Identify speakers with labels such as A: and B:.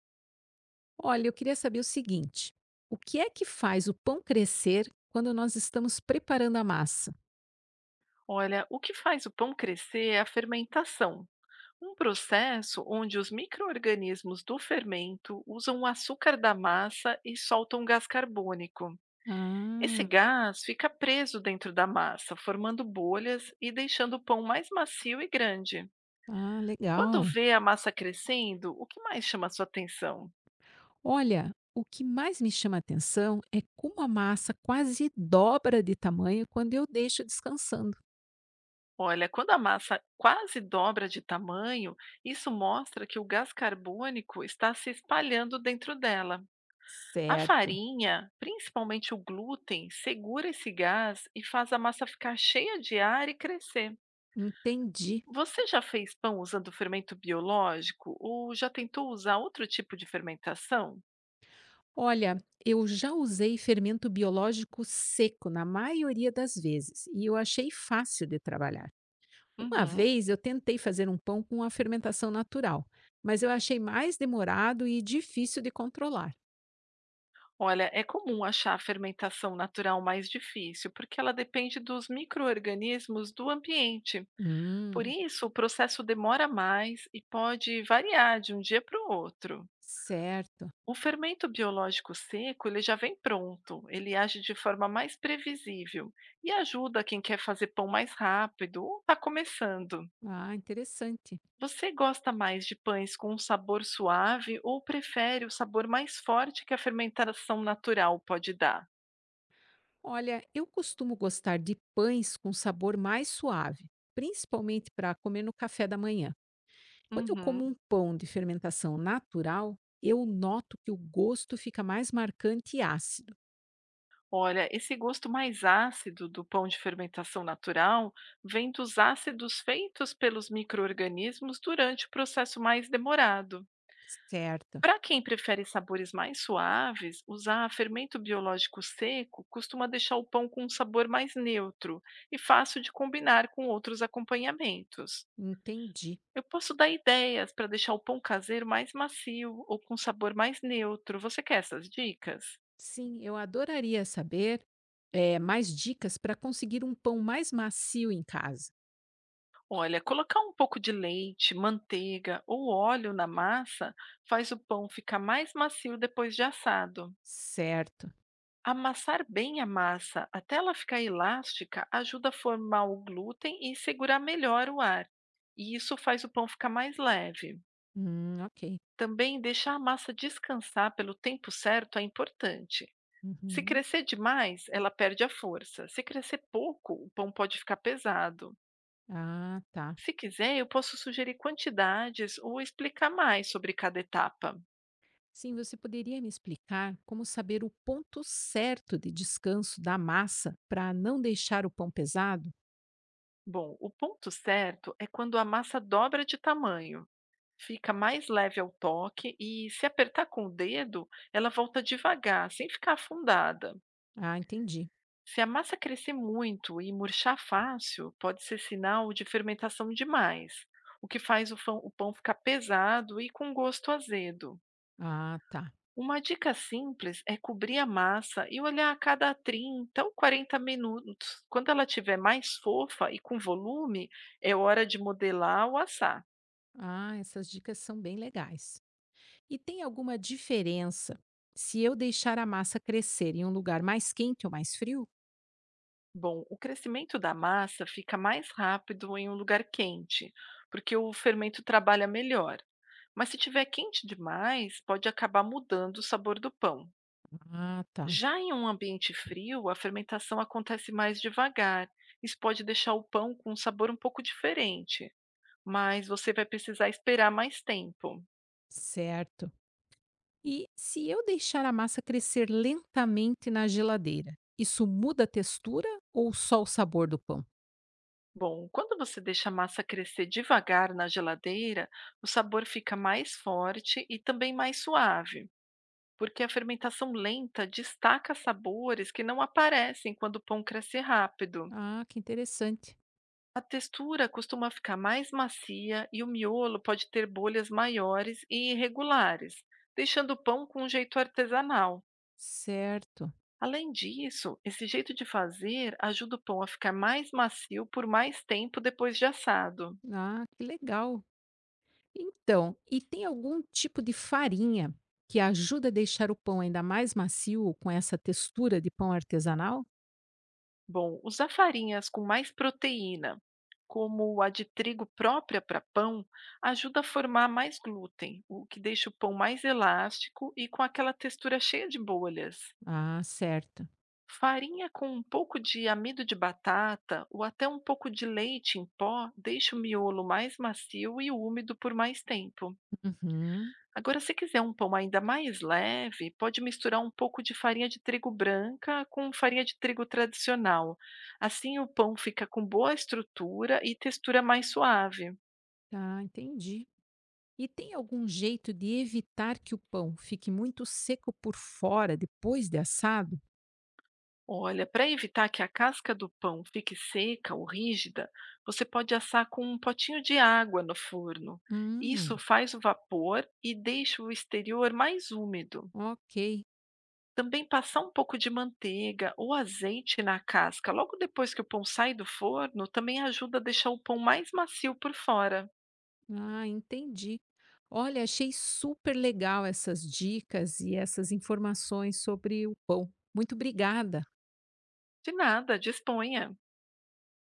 A: Olha, eu queria saber o seguinte: o que é que faz o pão crescer quando nós estamos preparando a massa?
B: Olha, o que faz o pão crescer é a fermentação, um processo onde os micro-organismos do fermento usam o açúcar da massa e soltam gás carbônico. Esse
A: Ah,
B: gás fica preso dentro da massa, formando bolhas e deixando o pão mais macio e grande. Quando
A: Legal.
B: vê a massa crescendo, o que mais chama a sua atenção?
A: Olha, o que mais me chama a atenção é como a massa quase dobra de tamanho quando eu deixo descansando.
B: Olha, quando a massa quase dobra de tamanho, isso mostra que o gás carbônico está se espalhando dentro dela. A
A: Certo,
B: farinha, principalmente o glúten, segura esse gás e faz a massa ficar cheia de ar e crescer.
A: entendi.
B: Você já fez pão usando fermento biológico ou já tentou usar outro tipo de fermentação?
A: Olha, eu já usei fermento biológico seco na maioria das vezes e eu achei fácil de trabalhar. Uma
B: Uhum.
A: vez eu tentei fazer um pão com a fermentação natural, mas eu achei mais demorado e difícil de controlar.
B: Olha, é comum achar a fermentação natural mais difícil, porque ela depende dos micro-organismos do ambiente. Por
A: Hum,
B: isso, o processo demora mais e pode variar de um dia para o outro.
A: certo.
B: O fermento biológico seco, ele já vem pronto, ele age de forma mais previsível e ajuda quem quer fazer pão mais rápido ou está começando.
A: Ah, interessante.
B: Você gosta mais de pães com um sabor suave ou prefere o sabor mais forte que a fermentação natural pode dar?
A: Olha, eu costumo gostar de pães com sabor mais suave, principalmente para comer no café da manhã. Quando eu como
B: Uhum.
A: um pão de fermentação natural, eu noto que o gosto fica mais marcante e ácido.
B: Olha, esse gosto mais ácido do pão de fermentação natural vem dos ácidos feitos pelos micro-organismos durante o processo mais demorado.
A: Certo,
B: Para quem prefere sabores mais suaves, usar fermento biológico seco costuma deixar o pão com um sabor mais neutro e fácil de combinar com outros acompanhamentos.
A: entendi.
B: Eu posso dar ideias para deixar o pão caseiro mais macio ou com sabor mais neutro. Você quer essas dicas?
A: Sim, eu adoraria saber mais dicas para conseguir um pão mais macio em casa.
B: Olha, colocar um pouco de leite, manteiga ou óleo na massa faz o pão ficar mais macio depois de assado.
A: Certo.
B: Amassar bem a massa até ela ficar elástica ajuda a formar o glúten e segurar melhor o ar, e isso faz o pão ficar mais leve.
A: Ok.
B: Também deixar a massa descansar pelo tempo certo é importante. Se
A: Uhum.
B: crescer demais, ela perde a força. Se crescer pouco, o pão pode ficar pesado.
A: Ah, tá.
B: Se quiser, eu posso sugerir quantidades ou explicar mais sobre cada etapa.
A: Sim, você poderia me explicar como saber o ponto certo de descanso da massa para não deixar o pão pesado?
B: Bom, o ponto certo é quando a massa dobra de tamanho. Fica mais leve ao toque e, se apertar com o dedo, ela volta devagar, sem ficar afundada.
A: Ah, entendi.
B: Se a massa crescer muito e murchar fácil, pode ser sinal de fermentação demais, o que faz o pão ficar pesado e com gosto azedo.
A: Ah, tá.
B: Uma dica simples é cobrir a massa e olhar a cada 30 ou 40 minutos. Quando ela estiver mais fofa e com volume, é hora de modelar ou assar.
A: Ah, essas dicas são bem legais. E tem alguma diferença se eu deixar a massa crescer em um lugar mais quente ou mais frio?
B: Bom, o crescimento da massa fica mais rápido em um lugar quente, porque o fermento trabalha melhor. Mas se tiver quente demais, pode acabar mudando o sabor do pão.
A: Ah, tá.
B: Já em um ambiente frio, a fermentação acontece mais devagar. Isso pode deixar o pão com um sabor um pouco diferente, mas você vai precisar esperar mais tempo.
A: Certo. E se eu deixar a massa crescer lentamente na geladeira, isso muda a textura ou só o sabor do pão?
B: Bom, quando você deixa a massa crescer devagar na geladeira, o sabor fica mais forte e também mais suave, porque a fermentação lenta destaca sabores que não aparecem quando o pão cresce rápido.
A: Ah, que interessante.
B: A textura costuma ficar mais macia e o miolo pode ter bolhas maiores e irregulares, deixando o pão com um jeito artesanal.
A: Certo.
B: Além disso, esse jeito de fazer ajuda o pão a ficar mais macio por mais tempo depois de assado.
A: Ah, que legal. Então, e tem algum tipo de farinha que ajuda a deixar o pão ainda mais macio com essa textura de pão artesanal?
B: Bom, usar farinhas com mais proteína, como a de trigo própria para pão, ajuda a formar mais glúten, o que deixa o pão mais elástico e com aquela textura cheia de bolhas.
A: Ah, certo.
B: Farinha com um pouco de amido de batata ou até um pouco de leite em pó deixa o miolo mais macio e úmido por mais tempo.
A: Uhum.
B: Agora, se quiser um pão ainda mais leve, pode misturar um pouco de farinha de trigo branca com farinha de trigo tradicional. Assim, o pão fica com boa estrutura e textura mais suave.
A: Tá, entendi. E tem algum jeito de evitar que o pão fique muito seco por fora depois de assado?
B: Olha, para evitar que a casca do pão fique seca ou rígida, você pode assar com um potinho de água no forno. Isso
A: Hum.
B: faz o vapor e deixa o exterior mais úmido.
A: Ok.
B: Também passar um pouco de manteiga ou azeite na casca logo depois que o pão sai do forno também ajuda a deixar o pão mais macio por fora.
A: Ah, entendi. Olha, achei super legal essas dicas e essas informações sobre o pão. Muito obrigada.
B: De nada, disponha.